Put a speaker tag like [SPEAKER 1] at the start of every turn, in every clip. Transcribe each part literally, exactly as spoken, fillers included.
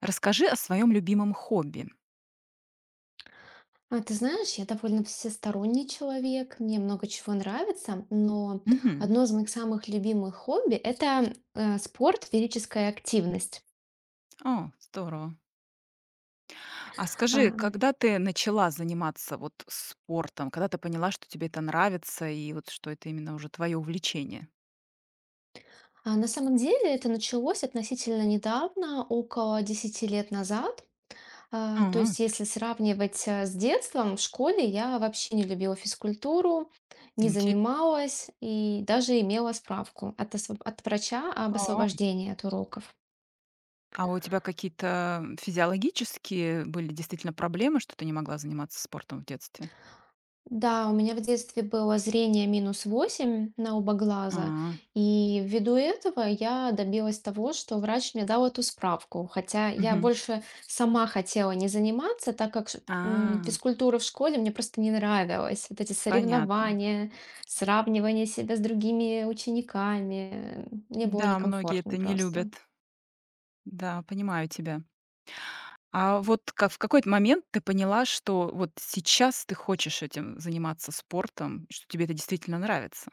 [SPEAKER 1] Расскажи о своем любимом хобби.
[SPEAKER 2] А ты знаешь, я довольно всесторонний человек, мне много чего нравится, но
[SPEAKER 1] Мгм.
[SPEAKER 2] одно из моих самых любимых хобби– это э, спорт, физическая активность.
[SPEAKER 1] О, здорово. А скажи,
[SPEAKER 2] А,
[SPEAKER 1] когда ты начала заниматься вот спортом? Когда ты поняла, что тебе это нравится и вот что это именно уже твое увлечение?
[SPEAKER 2] а на самом деле это началось относительно недавно, около десяти лет назад. А, то
[SPEAKER 1] А,
[SPEAKER 2] есть если сравнивать э, с детством, в школе я вообще не любила физкультуру, не
[SPEAKER 1] инте
[SPEAKER 2] занималась и даже имела справку от, освоб- от врача об
[SPEAKER 1] а,
[SPEAKER 2] освобождении от уроков.
[SPEAKER 1] а у тебя какие-то физиологические были действительно проблемы, что ты не могла заниматься спортом в детстве?
[SPEAKER 2] Да, у меня в детстве было зрение минус восемь на оба глаза,
[SPEAKER 1] А,
[SPEAKER 2] и ввиду этого я добилась того, что врач мне дал эту справку, хотя я
[SPEAKER 1] мгм.
[SPEAKER 2] больше сама хотела не заниматься, так как ш- м,
[SPEAKER 1] А,
[SPEAKER 2] физкультура в школе мне просто не нравилась. Вот эти
[SPEAKER 1] понятно.
[SPEAKER 2] соревнования, сравнивание себя с другими учениками, э, мне было
[SPEAKER 1] Да, многие
[SPEAKER 2] некомфортно
[SPEAKER 1] это не
[SPEAKER 2] просто.
[SPEAKER 1] любят. Да, понимаю тебя. А вот как в какой-то момент ты поняла, что вот сейчас ты хочешь этим заниматься спортом, что тебе это действительно нравится?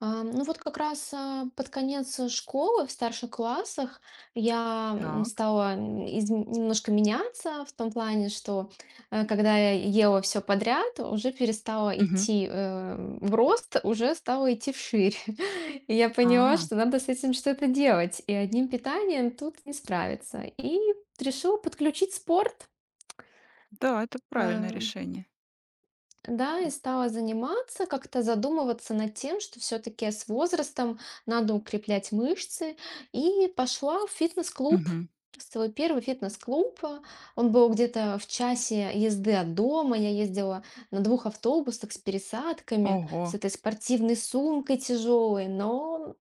[SPEAKER 2] А, ну вот как раз, а, под конец, э, школы, в старших классах я, м,
[SPEAKER 1] Так.
[SPEAKER 2] стала, м, изм немножко меняться в том плане, что, э, когда я ела все подряд, уже перестала
[SPEAKER 1] Мгм.
[SPEAKER 2] идти, э, в рост, уже стала идти вширь. И я поняла,
[SPEAKER 1] А,
[SPEAKER 2] что надо с этим что-то делать, и одним питанием тут не справиться. И решила подключить спорт.
[SPEAKER 1] да, это правильное
[SPEAKER 2] Э
[SPEAKER 1] решение.
[SPEAKER 2] да, и стала заниматься, как-то задумываться над тем, что все-таки с возрастом надо укреплять мышцы. И пошла в фитнес-клуб,
[SPEAKER 1] Мгм.
[SPEAKER 2] свой первый фитнес-клуб. а, Он был где-то в часе езды от дома. Я ездила на двух автобусах с пересадками, с
[SPEAKER 1] Ого.
[SPEAKER 2] этой спортивной сумкой тяжелой. Но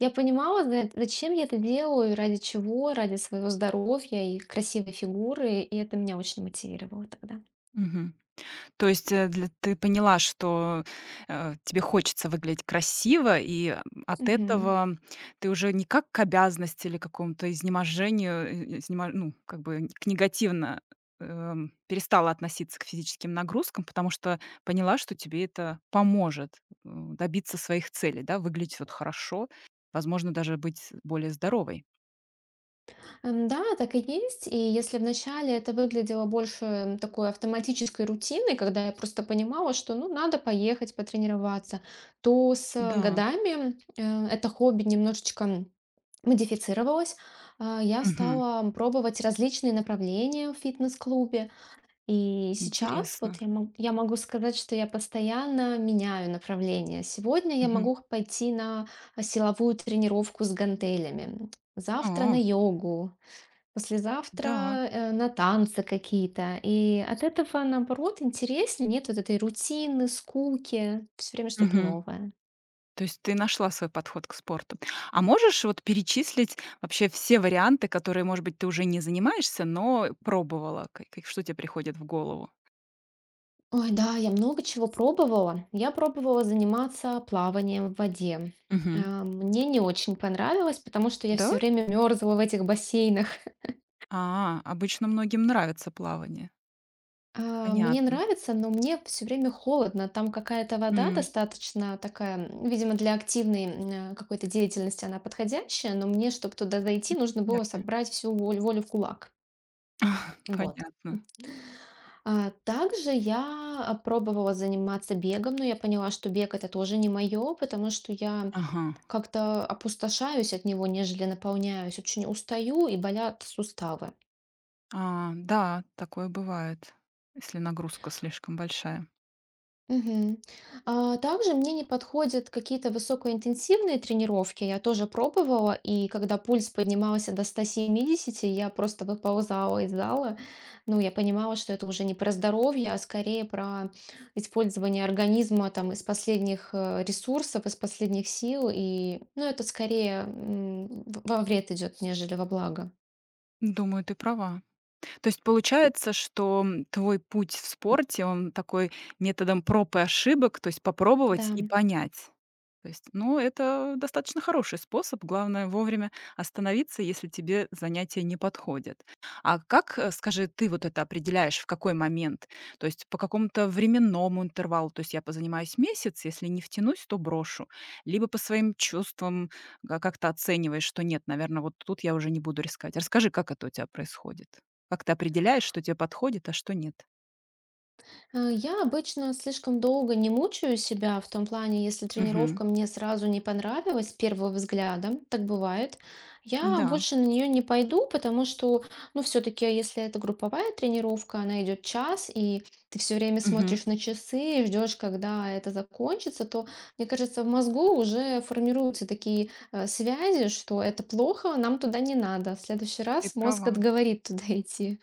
[SPEAKER 2] я понимала, зна- зачем я это делаю, и ради чего, ради своего здоровья и красивой фигуры. И это меня очень мотивировало тогда.
[SPEAKER 1] Мгм. То есть, э, для ты поняла, что, э, тебе хочется выглядеть красиво, и, э, от
[SPEAKER 2] Мгм.
[SPEAKER 1] этого ты уже не как к обязанности или какому-то изнеможению, э, изнема ну, как бы н- к негативно, эм, перестала относиться к физическим нагрузкам, потому что поняла, что тебе это поможет, э, добиться своих целей, да, выглядеть вот хорошо, возможно, даже быть более здоровой.
[SPEAKER 2] М, Да, так и есть. И если вначале это выглядело больше такой автоматической рутиной, когда я просто понимала, что ну надо поехать потренироваться, то с э,
[SPEAKER 1] Да.
[SPEAKER 2] годами э, это хобби немножечко модифицировалось. А, Я
[SPEAKER 1] Мгм.
[SPEAKER 2] стала пробовать различные направления в фитнес-клубе. И сейчас вот я
[SPEAKER 1] Интересно.
[SPEAKER 2] мог- я могу сказать, что я постоянно меняю направление. Сегодня я
[SPEAKER 1] Мгм.
[SPEAKER 2] могу пойти на силовую тренировку с гантелями, завтра на
[SPEAKER 1] А,
[SPEAKER 2] йогу, послезавтра
[SPEAKER 1] да.
[SPEAKER 2] э, на танцы какие-то. И от этого, наоборот, интереснее, нет вот этой рутины, скуки, все время что-то
[SPEAKER 1] Мгм.
[SPEAKER 2] новое.
[SPEAKER 1] То есть ты нашла свой подход к спорту. А можешь вот перечислить вообще все варианты, которые, может быть, ты уже не занимаешься, но пробовала? Как, к что тебе приходит в голову?
[SPEAKER 2] Ой, да, я много чего пробовала. Я пробовала заниматься плаванием в воде.
[SPEAKER 1] Мгм.
[SPEAKER 2] А, Мне не очень понравилось, потому что я
[SPEAKER 1] Да?
[SPEAKER 2] все время мерзла в этих бассейнах.
[SPEAKER 1] А, обычно многим нравится плавание.
[SPEAKER 2] А, Мне
[SPEAKER 1] Понятно.
[SPEAKER 2] нравится, но мне все время холодно. Там какая-то вода
[SPEAKER 1] М,
[SPEAKER 2] достаточно такая, м, видимо, для активной м, э, какой-то деятельности она подходящая, но мне, чтобы туда дойти, нужно было
[SPEAKER 1] Верно.
[SPEAKER 2] собрать всю волю, волю в кулак. Вот.
[SPEAKER 1] Понятно.
[SPEAKER 2] А, Также я а, пробовала заниматься бегом, но я поняла, что бег это тоже не мое, потому что я
[SPEAKER 1] Ага.
[SPEAKER 2] как-то опустошаюсь от него, нежели наполняюсь. Очень устаю и болят суставы.
[SPEAKER 1] А, да, такое бывает, если нагрузка слишком большая.
[SPEAKER 2] Мгм. А, также мне не подходят какие-то высокоинтенсивные тренировки. Я тоже пробовала, и когда пульс поднимался до ста семидесяти, я просто выползала из зала. Ну, я понимала, что это уже не про здоровье, а скорее про использование организма там из последних э, ресурсов, из последних сил. И, ну, это скорее м, во вред идет, нежели во благо.
[SPEAKER 1] Думаю, ты права. То есть получается, что твой путь в спорте, он такой методом проб и ошибок, то есть попробовать
[SPEAKER 2] Да.
[SPEAKER 1] и понять. То есть, ну, это достаточно хороший способ. Главное вовремя остановиться, если тебе занятие не подходит. А как, э, скажи, ты вот это определяешь, в какой момент? То есть по какому-то временному интервалу, то есть я позанимаюсь месяц, если не втянусь, то брошу. Либо по своим чувствам га- как-то оцениваешь, что нет, наверное, вот тут я уже не буду рисковать. Расскажи, как это у тебя происходит? Как ты определяешь, что тебе подходит, а что нет?
[SPEAKER 2] Э, Я обычно слишком долго не мучаю себя в том плане, если
[SPEAKER 1] Мгм.
[SPEAKER 2] тренировка мне сразу не понравилась с первого взгляда, так бывает, я
[SPEAKER 1] Да.
[SPEAKER 2] больше на нее не пойду, потому что, ну, все-таки, если это групповая тренировка, она идет час, и ты все время
[SPEAKER 1] Мгм.
[SPEAKER 2] смотришь на часы и ждешь, когда это закончится, то, мне кажется, в мозгу уже формируются такие э, связи, что это плохо, нам туда не надо. В следующий
[SPEAKER 1] Ты
[SPEAKER 2] раз мозг
[SPEAKER 1] права.
[SPEAKER 2] отговорит туда идти.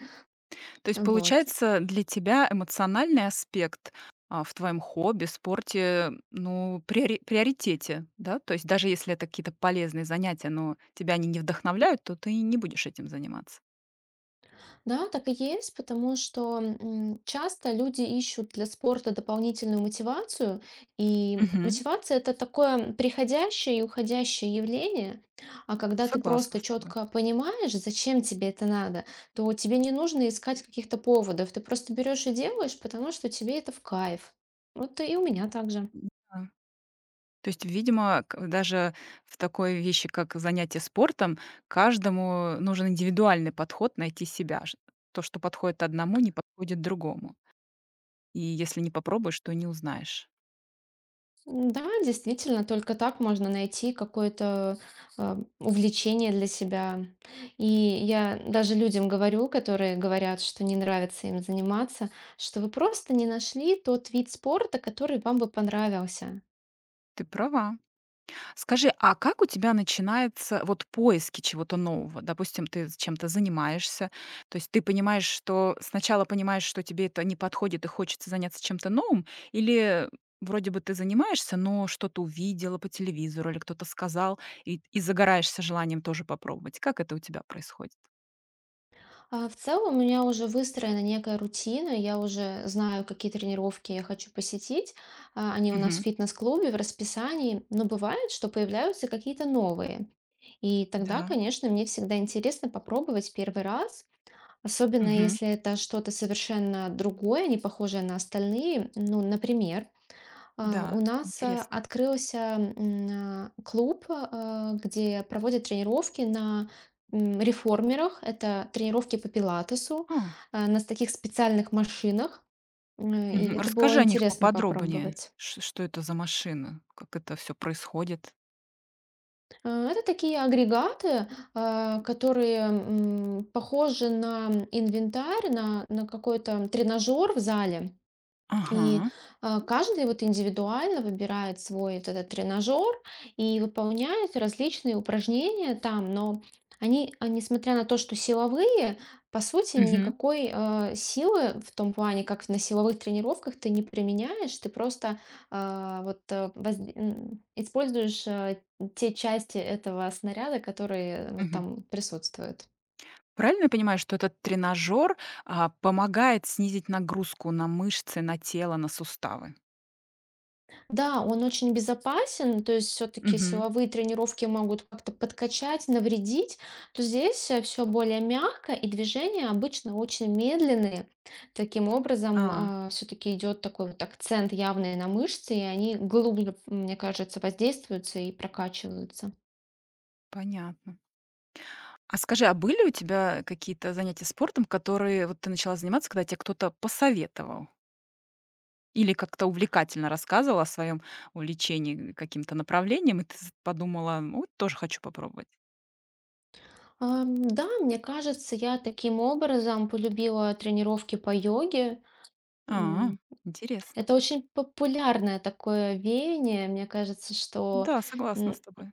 [SPEAKER 1] То есть,
[SPEAKER 2] Вот.
[SPEAKER 1] получается, для тебя эмоциональный аспект, а, в твоем хобби, спорте, ну, приори приоритете, да? То есть даже если это какие-то полезные занятия, но тебя они не вдохновляют, то ты не будешь этим заниматься.
[SPEAKER 2] Да, так и есть, потому что м, часто люди ищут для спорта дополнительную мотивацию, и
[SPEAKER 1] Мгм.
[SPEAKER 2] мотивация это такое приходящее и уходящее явление, а когда ты
[SPEAKER 1] Согласна
[SPEAKER 2] просто
[SPEAKER 1] с тобой.
[SPEAKER 2] четко понимаешь, зачем тебе это надо, то тебе не нужно искать каких-то поводов, ты просто берешь и делаешь, потому что тебе это в кайф. Вот и у меня также.
[SPEAKER 1] Да. То есть, видимо, к даже в такой вещи, как занятие спортом, каждому нужен индивидуальный подход, найти себя. Ш То, что подходит одному, не подходит другому. И если не попробуешь, то не узнаешь.
[SPEAKER 2] М, Да, действительно, только так можно найти какое-то а, увлечение для себя. И я даже людям говорю, которые говорят, что не нравится им заниматься, что вы просто не нашли тот вид спорта, который вам бы понравился.
[SPEAKER 1] Ты права. Скажи, а как у тебя начинаются вот поиски чего-то нового? Допустим, ты з- чем-то занимаешься, то есть ты понимаешь, что сначала понимаешь, что тебе это не подходит и хочется заняться чем-то новым, или вроде бы ты занимаешься, но что-то увидела по телевизору или кто-то сказал, и и загораешься желанием тоже попробовать. Как это у тебя происходит?
[SPEAKER 2] А, В целом у меня уже выстроена некая рутина, я уже знаю, какие тренировки я хочу посетить. а, Они у нас в
[SPEAKER 1] Мгм.
[SPEAKER 2] фитнес-клубе, в расписании, но бывает, что появляются какие-то новые. И тогда,
[SPEAKER 1] Да.
[SPEAKER 2] конечно, мне всегда интересно попробовать первый раз, особенно
[SPEAKER 1] Мгм.
[SPEAKER 2] если это что-то совершенно другое, не похожее на остальные. Ну, например, а,
[SPEAKER 1] Да.
[SPEAKER 2] у нас э,
[SPEAKER 1] Интересно.
[SPEAKER 2] открылся м, а, клуб, э, где проводят тренировки на м, реформерах. Это тренировки по пилатесу
[SPEAKER 1] А,
[SPEAKER 2] э, на с- таких специальных машинах. М, И
[SPEAKER 1] мгм.
[SPEAKER 2] это было
[SPEAKER 1] Расскажи о них
[SPEAKER 2] интересно
[SPEAKER 1] поподробнее.
[SPEAKER 2] попробовать.
[SPEAKER 1] Ш- Что это за машина? Как это все происходит?
[SPEAKER 2] Э, Это такие агрегаты, э, которые м, похожи на инвентарь, на, на какой-то тренажер в зале. И,
[SPEAKER 1] Ага.
[SPEAKER 2] а, каждый вот индивидуально выбирает свой вот этот тренажер и выполняет различные упражнения там, но они, а, несмотря на то, что силовые, по сути,
[SPEAKER 1] Мгм,
[SPEAKER 2] никакой, э, силы в том плане, как на силовых тренировках, ты не применяешь. Ты просто, а, вот, э, воз м, используешь, э, те части этого снаряда, которые э, вот
[SPEAKER 1] мгм.
[SPEAKER 2] там присутствуют.
[SPEAKER 1] Правильно я понимаю, что этот тренажер а, помогает снизить нагрузку на мышцы, на тело, на суставы?
[SPEAKER 2] Да, он очень безопасен, то есть все-таки
[SPEAKER 1] Мгм.
[SPEAKER 2] силовые тренировки могут как-то подкачать, навредить, то здесь все более мягко, и движения обычно очень медленные. Таким
[SPEAKER 1] А,
[SPEAKER 2] образом, все-таки идет такой вот акцент явный на мышцы, и они глубже, мне кажется, воздействуются и прокачиваются.
[SPEAKER 1] понятно. А скажи, а были у тебя какие-то занятия спортом, которые вот ты начала заниматься, когда тебе кто-то посоветовал? Или как-то увлекательно рассказывала о своем увлечении каким-то направлением, и ты з подумала: «Ну, вот тоже хочу попробовать»?
[SPEAKER 2] А, Да, мне кажется, я таким образом полюбила тренировки по йоге.
[SPEAKER 1] А,
[SPEAKER 2] М,
[SPEAKER 1] интересно.
[SPEAKER 2] Это очень популярное такое веяние. Мне кажется, что
[SPEAKER 1] Да, согласна с тобой.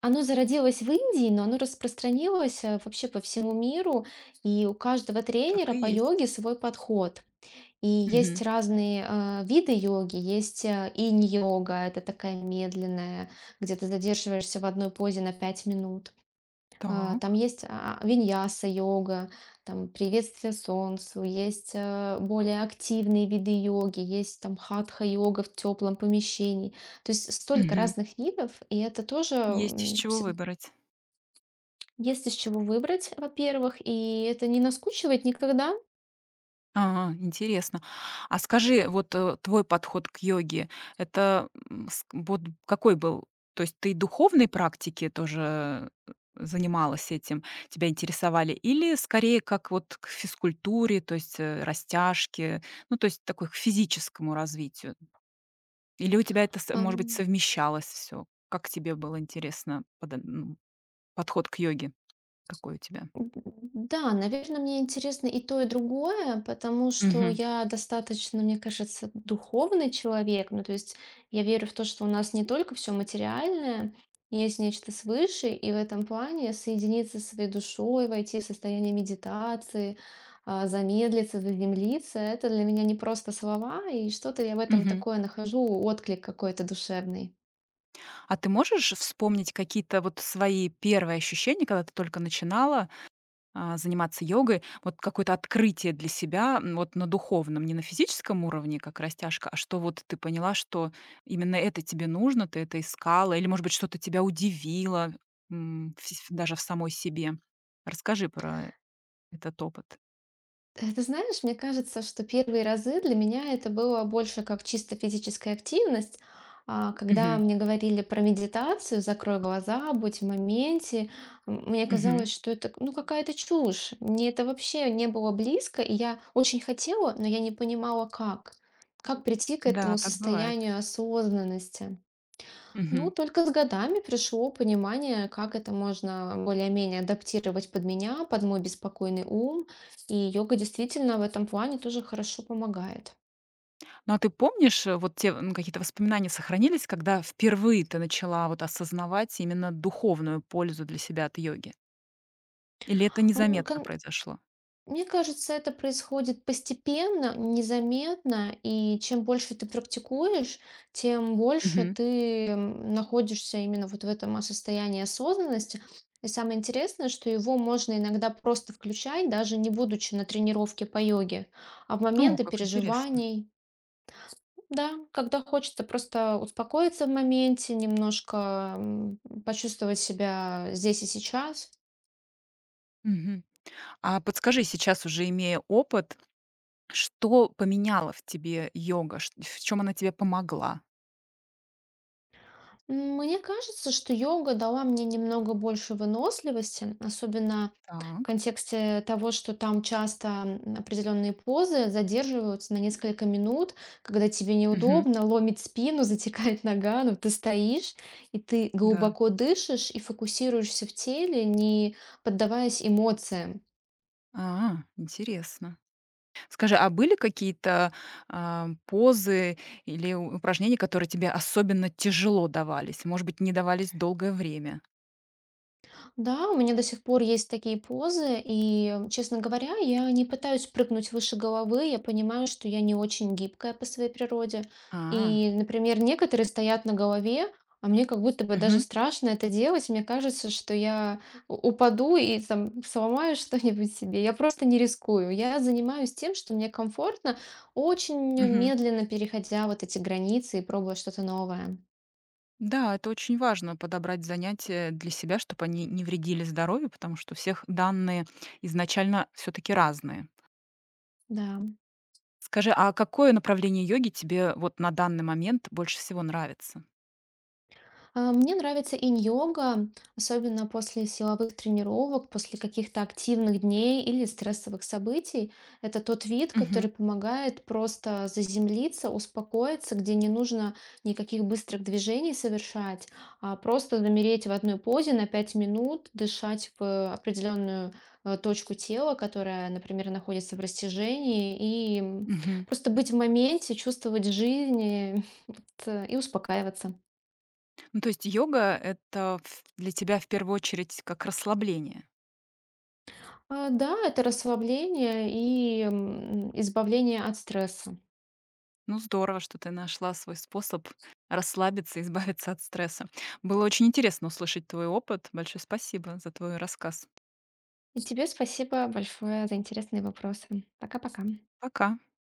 [SPEAKER 2] оно зародилось в Индии, но оно распространилось э, вообще по всему миру, и у каждого
[SPEAKER 1] Так
[SPEAKER 2] тренера
[SPEAKER 1] и
[SPEAKER 2] по
[SPEAKER 1] есть.
[SPEAKER 2] йоге свой подход. И есть
[SPEAKER 1] Мгм.
[SPEAKER 2] разные а, виды йоги, есть э, инь-йога, это такая медленная, где ты задерживаешься в одной позе на пять минут. А, Там
[SPEAKER 1] Так.
[SPEAKER 2] есть а, виньяса-йога, там приветствие солнцу, есть э, более активные виды йоги, есть там хатха-йога в теплом помещении. То есть столько
[SPEAKER 1] Мгм.
[SPEAKER 2] разных видов, и это тоже
[SPEAKER 1] Есть из
[SPEAKER 2] м,
[SPEAKER 1] чего
[SPEAKER 2] всег-
[SPEAKER 1] выбрать.
[SPEAKER 2] есть из чего выбрать, во-первых, и это не наскучивает никогда.
[SPEAKER 1] А, интересно. А скажи, вот, э, твой подход к йоге — это, м, ск вот какой был? То есть ты духовной практики тоже, э, занималась этим, тебя интересовали, или скорее как вот к физкультуре, то есть, э, растяжке, ну, то есть такой к физическому развитию? Или у тебя это, с может быть,
[SPEAKER 2] Ам,
[SPEAKER 1] совмещалось все? Как тебе было интересно, подо м, подход к йоге какой у тебя?
[SPEAKER 2] м, да, наверное, мне интересно и то, и другое, потому что
[SPEAKER 1] Мгм.
[SPEAKER 2] я достаточно, мне кажется, духовный человек. Ну, то есть я верю в то, что у нас не только все материальное, есть нечто свыше, и в этом плане соединиться со своей душой, войти в состояние медитации, а, замедлиться, заземлиться, это для меня не просто слова, и что-то я в этом
[SPEAKER 1] Мгм.
[SPEAKER 2] такое нахожу, отклик какой-то душевный.
[SPEAKER 1] А ты можешь вспомнить какие-то вот свои первые ощущения, когда ты только начинала, а, заниматься йогой? Вот какое-то открытие для себя, м, вот на духовном, не на физическом уровне, как растяжка, а что вот ты поняла, что именно это тебе нужно, ты это искала, или, может быть, что-то тебя удивило, м, фи ф даже в самой себе? Расскажи про этот опыт.
[SPEAKER 2] Э, Ты знаешь, мне кажется, что первые разы для меня это было больше как чисто физическая активность. А, Когда
[SPEAKER 1] Мгм,
[SPEAKER 2] мне говорили про медитацию, закрой глаза, будь в моменте, м, мне
[SPEAKER 1] мгм.
[SPEAKER 2] казалось, что это ну, какая-то чушь. Мне это вообще не было близко, и я очень хотела, но я не понимала, как. Как прийти к
[SPEAKER 1] Да,
[SPEAKER 2] этому
[SPEAKER 1] так бывает.
[SPEAKER 2] состоянию осознанности. Ну, только с годами пришло понимание, как это можно более-менее адаптировать под меня, под мой беспокойный ум. И йога действительно в этом плане тоже хорошо помогает.
[SPEAKER 1] Ну, а ты помнишь, э, вот те, м, какие-то воспоминания сохранились, когда впервые ты начала вот осознавать именно духовную пользу для себя от йоги? Или это
[SPEAKER 2] Ам,
[SPEAKER 1] незаметно
[SPEAKER 2] кон
[SPEAKER 1] произошло?
[SPEAKER 2] Мне кажется, это происходит постепенно, незаметно, и чем больше ты практикуешь, тем больше
[SPEAKER 1] Мгм.
[SPEAKER 2] ты м, находишься именно вот в этом а, состоянии осознанности. И самое интересное, что его можно иногда просто включать, даже не будучи на тренировке по йоге, а в
[SPEAKER 1] О,
[SPEAKER 2] моменты
[SPEAKER 1] как интересно.
[SPEAKER 2] переживаний. Да, когда хочется просто успокоиться в моменте, немножко м, почувствовать себя здесь и сейчас.
[SPEAKER 1] Мгм. А подскажи, сейчас, уже имея опыт, что поменяла в тебе йога? Ш- В чем она тебе помогла?
[SPEAKER 2] М, Мне кажется, что йога дала мне немного больше выносливости, особенно в
[SPEAKER 1] Так.
[SPEAKER 2] контексте того, что там часто м, определенные позы задерживаются на несколько минут, когда тебе
[SPEAKER 1] Мгм.
[SPEAKER 2] неудобно, ломит спину, затекает нога, но ты стоишь, и ты
[SPEAKER 1] Да.
[SPEAKER 2] глубоко дышишь и фокусируешься в теле, не поддаваясь эмоциям.
[SPEAKER 1] А, интересно. Скажи, а были какие-то, а, позы или у- упражнения, которые тебе особенно тяжело давались? Может быть, не давались долгое время?
[SPEAKER 2] Да, у меня до сих пор есть такие позы, и, честно говоря, я не пытаюсь прыгнуть выше головы, я понимаю, что я не очень гибкая по своей природе.
[SPEAKER 1] А,
[SPEAKER 2] И, например, некоторые стоят на голове, а мне как будто бы даже
[SPEAKER 1] мгм,
[SPEAKER 2] страшно это делать. Мне кажется, что я у- упаду и там сломаю что-нибудь себе. Я просто не рискую. Я занимаюсь тем, что мне комфортно, очень
[SPEAKER 1] мгм.
[SPEAKER 2] медленно переходя вот эти границы и пробуя что-то новое.
[SPEAKER 1] Да, это очень важно — подобрать занятия для себя, чтобы они не вредили здоровью, потому что у всех данные изначально все таки разные.
[SPEAKER 2] Да.
[SPEAKER 1] Скажи, а какое направление йоги тебе вот на данный момент больше всего нравится?
[SPEAKER 2] А, Мне нравится инь-йога, особенно после силовых тренировок, после каких-то активных дней или стрессовых событий. Это тот вид,
[SPEAKER 1] Мгм,
[SPEAKER 2] который помогает просто заземлиться, успокоиться, где не нужно никаких быстрых движений совершать, а просто замереть в одной позе на пять минут, дышать в определенную э, точку тела, которая, например, находится в растяжении, и м,
[SPEAKER 1] мгм.
[SPEAKER 2] просто быть в моменте, чувствовать жизнь э, вот, э, и успокаиваться.
[SPEAKER 1] Ну, то есть йога — это, ф для тебя, в первую очередь, как расслабление?
[SPEAKER 2] А, да, это расслабление и, м, избавление от стресса.
[SPEAKER 1] Ну, здорово, что ты нашла свой способ расслабиться и избавиться от стресса. Было очень интересно услышать твой опыт. Большое спасибо за твой рассказ.
[SPEAKER 2] И тебе спасибо большое за интересные вопросы. Пока-пока.
[SPEAKER 1] Пока.